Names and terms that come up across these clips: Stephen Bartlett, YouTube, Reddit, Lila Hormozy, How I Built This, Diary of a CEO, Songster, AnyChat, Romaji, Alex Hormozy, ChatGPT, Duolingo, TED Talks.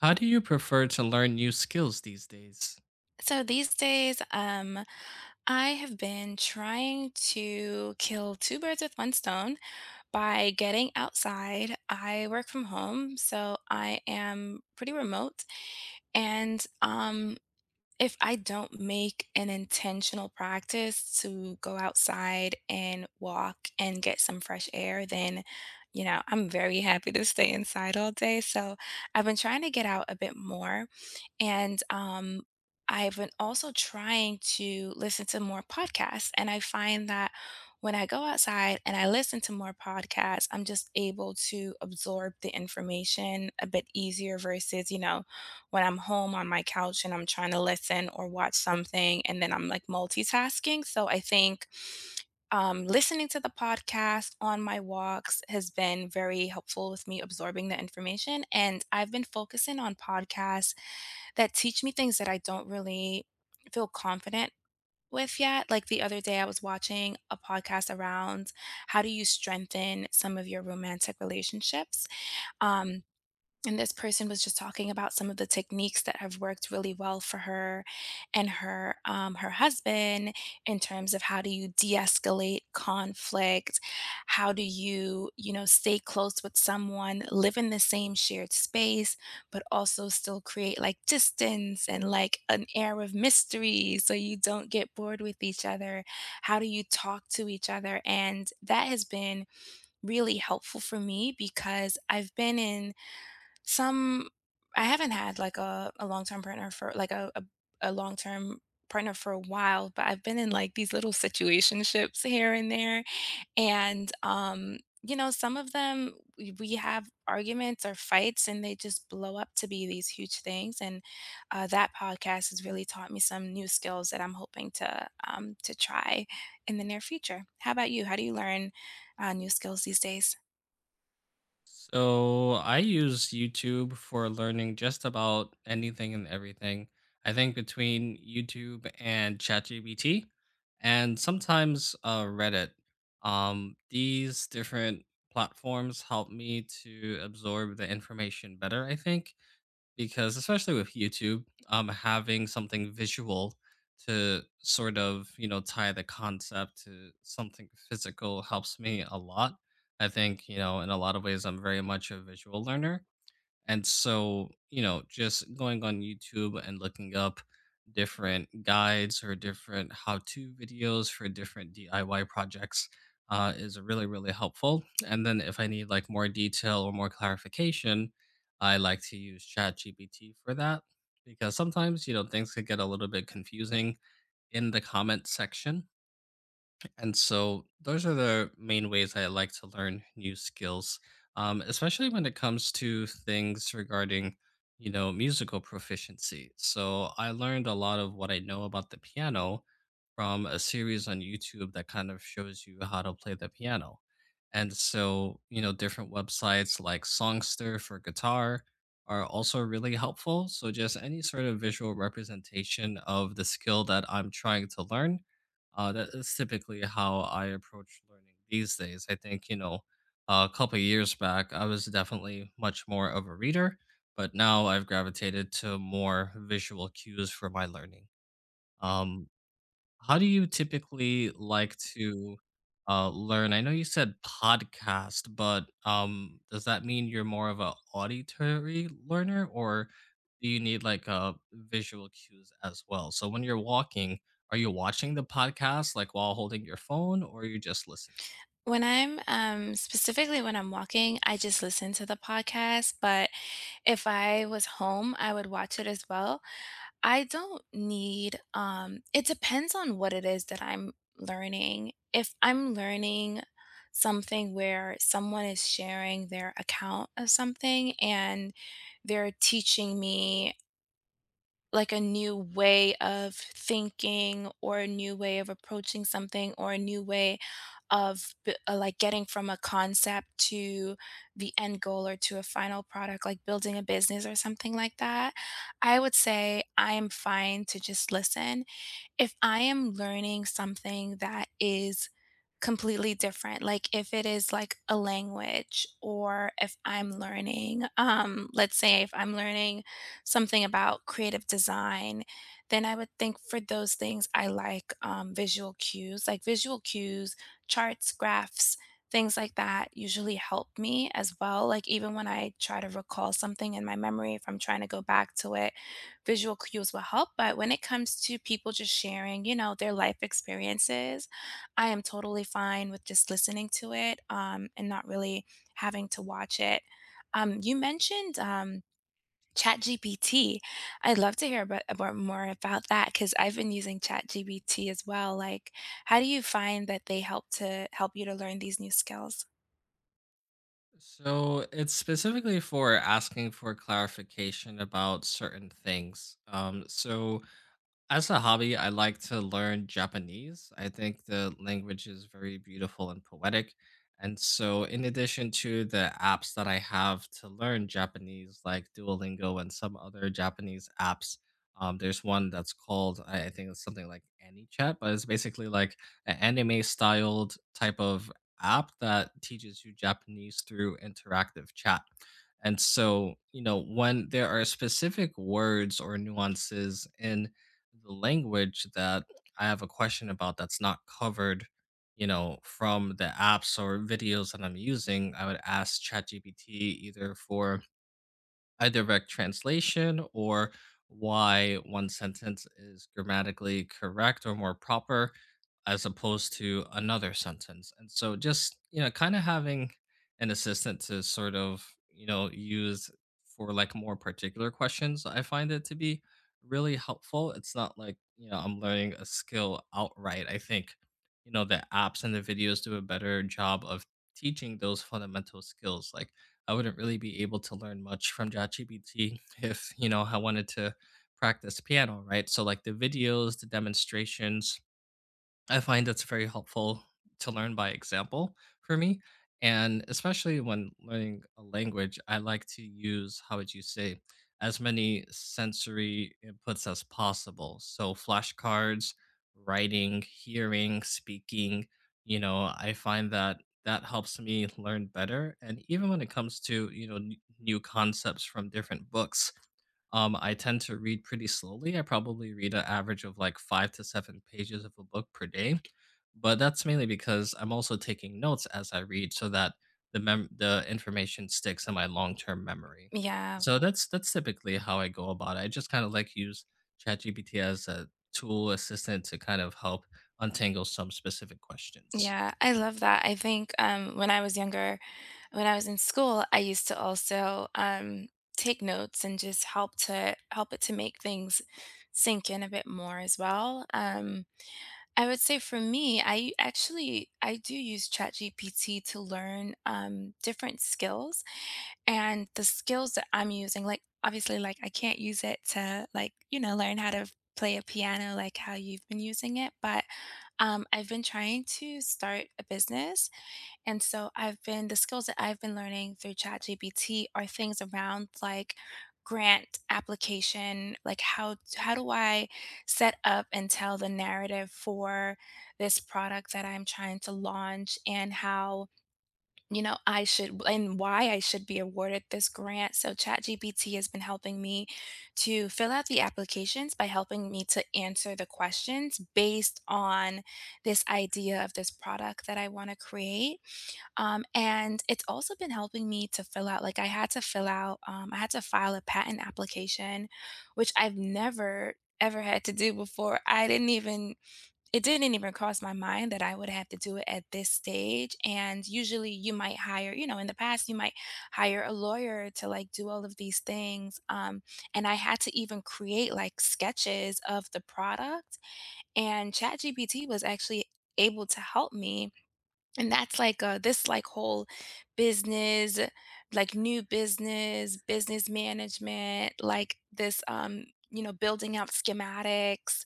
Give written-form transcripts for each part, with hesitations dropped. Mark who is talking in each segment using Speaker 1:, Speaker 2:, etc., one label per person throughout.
Speaker 1: How do you prefer to learn new skills these days?
Speaker 2: So these days, I have been trying to kill two birds with one stone by getting outside. I work from home, so I am pretty remote, and if I don't make an intentional practice to go outside and walk and get some fresh air, then, I'm very happy to stay inside all day. So I've been trying to get out a bit more. And I've been also trying to listen to more podcasts. And I find that when I go outside and I listen to more podcasts, I'm just able to absorb the information a bit easier versus, you know, when I'm home on my couch and I'm trying to listen or watch something, and then I'm like multitasking. So I think listening to the podcast on my walks has been very helpful with me absorbing the information. And I've been focusing on podcasts that teach me things that I don't really feel confident with yet. Like the other day, I was watching a podcast around how do you strengthen some of your romantic relationships. Um, and this person was just talking about some of the techniques that have worked really well for her and her husband in terms of how do you de-escalate conflict, how do you you know stay close with someone, live in the same shared space, but also still create like distance and like an air of mystery so you don't get bored with each other. How do you talk to each other? And that has been really helpful for me because I've been in some. I haven't had like a long-term partner for like a long-term partner for a while, but I've been in like these little situationships here and there and you know, some of them we have arguments or fights and they just blow up to be these huge things, and that podcast has really taught me some new skills that I'm hoping to try in the near future. How about you? How do you learn new skills these days?
Speaker 1: So, I use YouTube for learning just about anything and everything. I think between YouTube and ChatGPT and sometimes Reddit. These different platforms help me to absorb the information better, I think, because especially with YouTube, having something visual to sort of tie the concept to something physical helps me a lot. I think in a lot of ways I'm very much a visual learner, and so, you know, just going on YouTube and looking up different guides or different how to videos for different DIY projects is really, really helpful. And then if I need like more detail or more clarification, I like to use ChatGPT for that because sometimes, you know, things could get a little bit confusing in the comment section. And so those are the main ways I like to learn new skills, especially when it comes to things regarding, you know, musical proficiency. So I learned a lot of what I know about the piano from a series on YouTube that kind of shows you how to play the piano. And so, you know, different websites like Songster for guitar are also really helpful. So just any sort of visual representation of the skill that I'm trying to learn, that is typically how I approach learning these days. I think, you know, a couple of years back, I was definitely much more of a reader, but now I've gravitated to more visual cues for my learning. Um, how do you typically like to learn? I know you said podcast, but does that mean you're more of a auditory learner, or do you need like visual cues as well? So when you're walking, are you watching the podcast like while holding your phone, or are you just listening?
Speaker 2: When I'm, specifically when I'm walking, I just listen to the podcast, but if I was home, I would watch it as well. I don't need, it depends on what it is that I'm learning. If I'm learning something where someone is sharing their account of something and they're teaching me like a new way of thinking or a new way of approaching something or a new way of like getting from a concept to the end goal or to a final product like building a business or something like that I would say I am fine to just listen if I am learning something that is completely different. Like if it is like a language or if I'm learning, let's say if I'm learning something about creative design, then I would think for those things I like visual cues, like visual cues, charts, graphs, things like that usually help me as well. Like even when I try to recall something in my memory, if I'm trying to go back to it, visual cues will help. But when it comes to people just sharing, you know, their life experiences, I am totally fine with just listening to it, and not really having to watch it. You mentioned, ChatGPT. I'd love to hear about more about that because 'cause I've been using ChatGPT as well, like, how do you find that they help to help you to learn these new skills?
Speaker 1: So it's specifically for asking for clarification about certain things. So as a hobby, I like to learn Japanese. I think the language is very beautiful and poetic. And so, in addition to the apps that I have to learn Japanese, like Duolingo and some other Japanese apps, there's one that's called, I think it's something like AnyChat, but it's basically like an anime styled type of app that teaches you Japanese through interactive chat. And so, you know, when there are specific words or nuances in the language that I have a question about that's not covered, you know, from the apps or videos that I'm using, I would ask ChatGPT either for a direct translation or why one sentence is grammatically correct or more proper as opposed to another sentence. And so just, you know, kind of having an assistant to sort of, you know, use for like more particular questions, I find it to be really helpful. It's not like, you know, I'm learning a skill outright. I think, you know, the apps and the videos do a better job of teaching those fundamental skills. Like I wouldn't really be able to learn much from ChatGPT if, you know, I wanted to practice piano, right? So like the videos, the demonstrations, I find that's very helpful to learn by example for me. And especially when learning a language, I like to use, how would you say, as many sensory inputs as possible. So, flashcards, writing, hearing, speaking, you know, I find that helps me learn better. And even when it comes to, you know, new concepts from different books, I tend to read pretty slowly. I probably read an average of like five to seven pages of a book per day, but that's mainly because I'm also taking notes as I read, so that the the information sticks in my long term memory.
Speaker 2: Yeah,
Speaker 1: So that's typically how I go about it. I just kind of like use ChatGPT as a tool assistant to kind of help untangle some specific questions.
Speaker 2: yeah, I love that. I think, when I was younger. When I was in school, I used to also, take notes and just help to help it to make things sink in a bit more as well. I would say for me, I actually I do use ChatGPT to learn, different skills, and the skills that I'm using, like, obviously, like, I can't use it to, like, you know, learn how to play a piano like how you've been using it, but, I've been trying to start a business and so I've been the skills that I've been learning through ChatGPT are things around like grant application, like how do I set up and tell the narrative for this product that I'm trying to launch and how you know I should and why I should be awarded this grant. So ChatGPT has been helping me to fill out the applications by helping me to answer the questions based on this idea of this product that I want to create, and it's also been helping me to fill out, like I had to fill out, I had to file a patent application, which I've never ever had to do before. I didn't even, it didn't even cross my mind that I would have to do it at this stage. And usually you might hire, you know, in the past, you might hire a lawyer to like do all of these things. And I had to even create like sketches of the product. And ChatGPT was actually able to help me, and that's like this like whole business, like new business, business management, like this you know, building out schematics,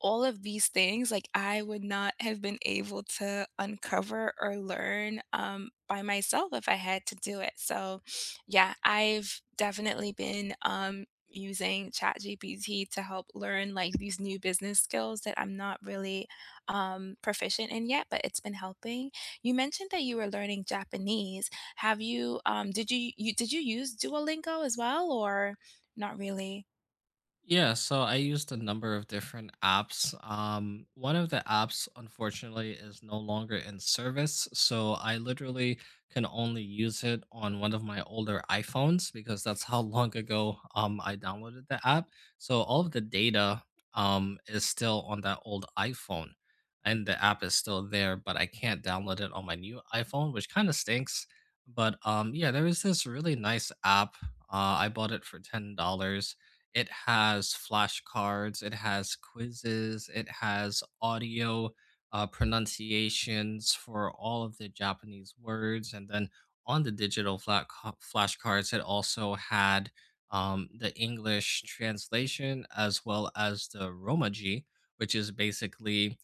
Speaker 2: all of these things, like, I would not have been able to uncover or learn, by myself if I had to do it. So, yeah, I've definitely been, using ChatGPT to help learn, like, these new business skills that I'm not really, proficient in yet, but it's been helping. You mentioned that you were learning Japanese. Have you, did you did you use Duolingo as well, or not really?
Speaker 1: Yeah, so I used a number of different apps. One of the apps, unfortunately, is no longer in service. So I literally can only use it on one of my older iPhones because that's how long ago I downloaded the app. So all of the data is still on that old iPhone and the app is still there, but I can't download it on my new iPhone, which kind of stinks. But yeah, there is this really nice app. I bought it for $10. It has flashcards, it has quizzes, it has audio, pronunciations for all of the Japanese words. And then on the digital flashcards, it also had, the English translation as well as the Romaji, which is basically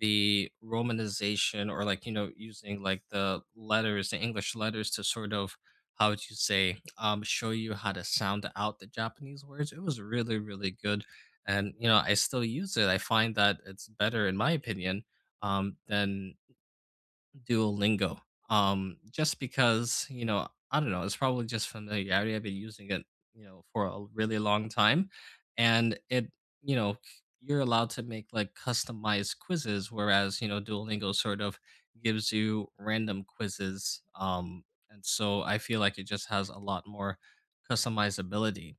Speaker 1: the romanization, or like you know using like the english letters to sort of, how would you say, show you how to sound out the Japanese words. It was really, really good. And, you know, I still use it. I find that it's better, in my opinion, than Duolingo. Just because, you know, I don't know, it's probably just familiarity. I've been using it, you know, for a really long time. And it, you're allowed to make like customized quizzes, whereas, you know, Duolingo sort of gives you random quizzes. And so I feel like it just has a lot more customizability.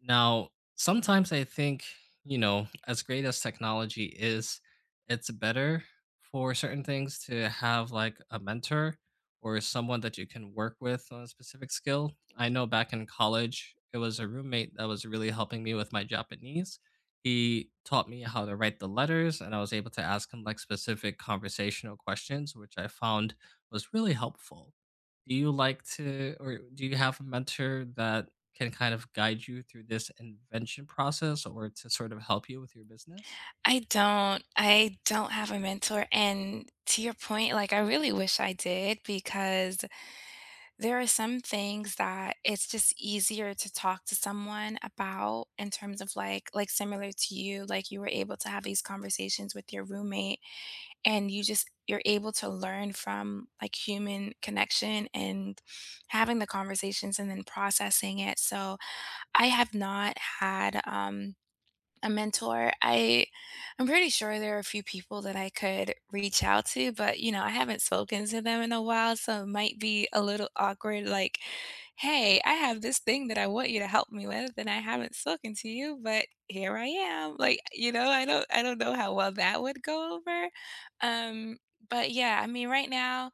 Speaker 1: Now, sometimes I think, you know, as great as technology is, it's better for certain things to have like a mentor or someone that you can work with on a specific skill. I know back in college, it was a roommate that was really helping me with my Japanese. He taught me how to write the letters, and I was able to ask him like specific conversational questions, which I found was really helpful. Do you like to, or do you have a mentor that can kind of guide you through this invention process or to sort of help you with your business?
Speaker 2: I don't. I don't have a mentor, and to your point, like, I really wish I did because there are some things that it's just easier to talk to someone about in terms of like similar to you, like you were able to have these conversations with your roommate and you're able to learn from like human connection and having the conversations and then processing it. So I have not had a mentor. I'm pretty sure there are a few people that I could reach out to, but you know, I haven't spoken to them in a while, so it might be a little awkward, like, "Hey, I have this thing that I want you to help me with and I haven't spoken to you, but here I am." Like, you know, I don't know how well that would go over. Um, but yeah, I mean, right now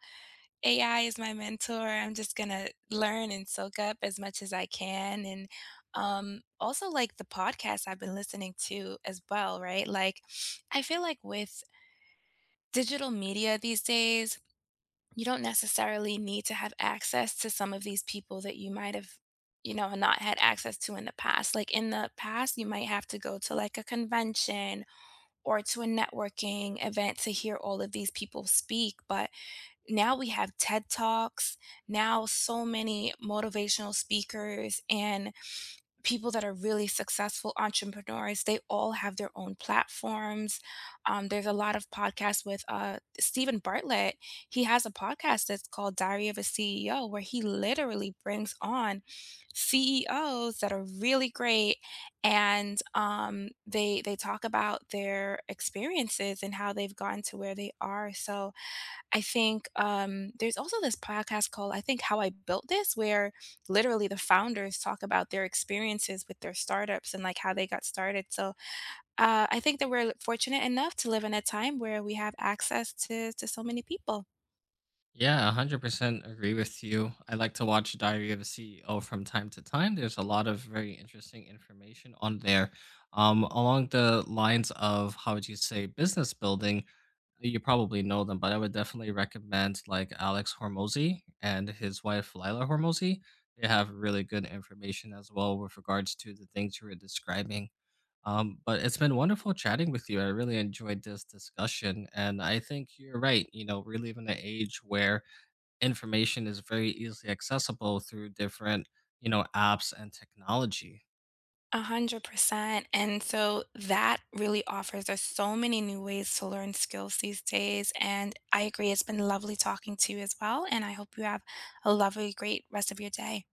Speaker 2: AI is my mentor. I'm just gonna learn and soak up as much as I can. And also, like the podcasts I've been listening to as well, right? Like, I feel like with digital media these days, you don't necessarily need to have access to some of these people that you might have, you know, not had access to in the past. Like, in the past, you might have to go to like a convention or to a networking event to hear all of these people speak. But now we have TED Talks, now so many motivational speakers and people that are really successful entrepreneurs, they all have their own platforms. There's a lot of podcasts with Stephen Bartlett. He has a podcast that's called Diary of a CEO, where he literally brings on CEOs that are really great, and they talk about their experiences and how they've gotten to where they are. So I think, there's also this podcast called, I think, How I Built This, where literally the founders talk about their experiences with their startups and, like, how they got started, so, I think that we're fortunate enough to live in a time where we have access to so many people.
Speaker 1: Yeah, 100% agree with you. I like to watch Diary of a CEO from time to time. There's a lot of very interesting information on there. Along the lines of, how would you say, business building, you probably know them, but I would definitely recommend like Alex Hormozy and his wife, Lila Hormozy. They have really good information as well with regards to the things you were describing. But it's been wonderful chatting with you. I really enjoyed this discussion. And I think you're right. You know, we live in an age where information is very easily accessible through different, you know, apps and technology.
Speaker 2: 100%, and so that really offers us so many new ways to learn skills these days, and I agree, it's been lovely talking to you as well, and I hope you have a lovely, great rest of your day.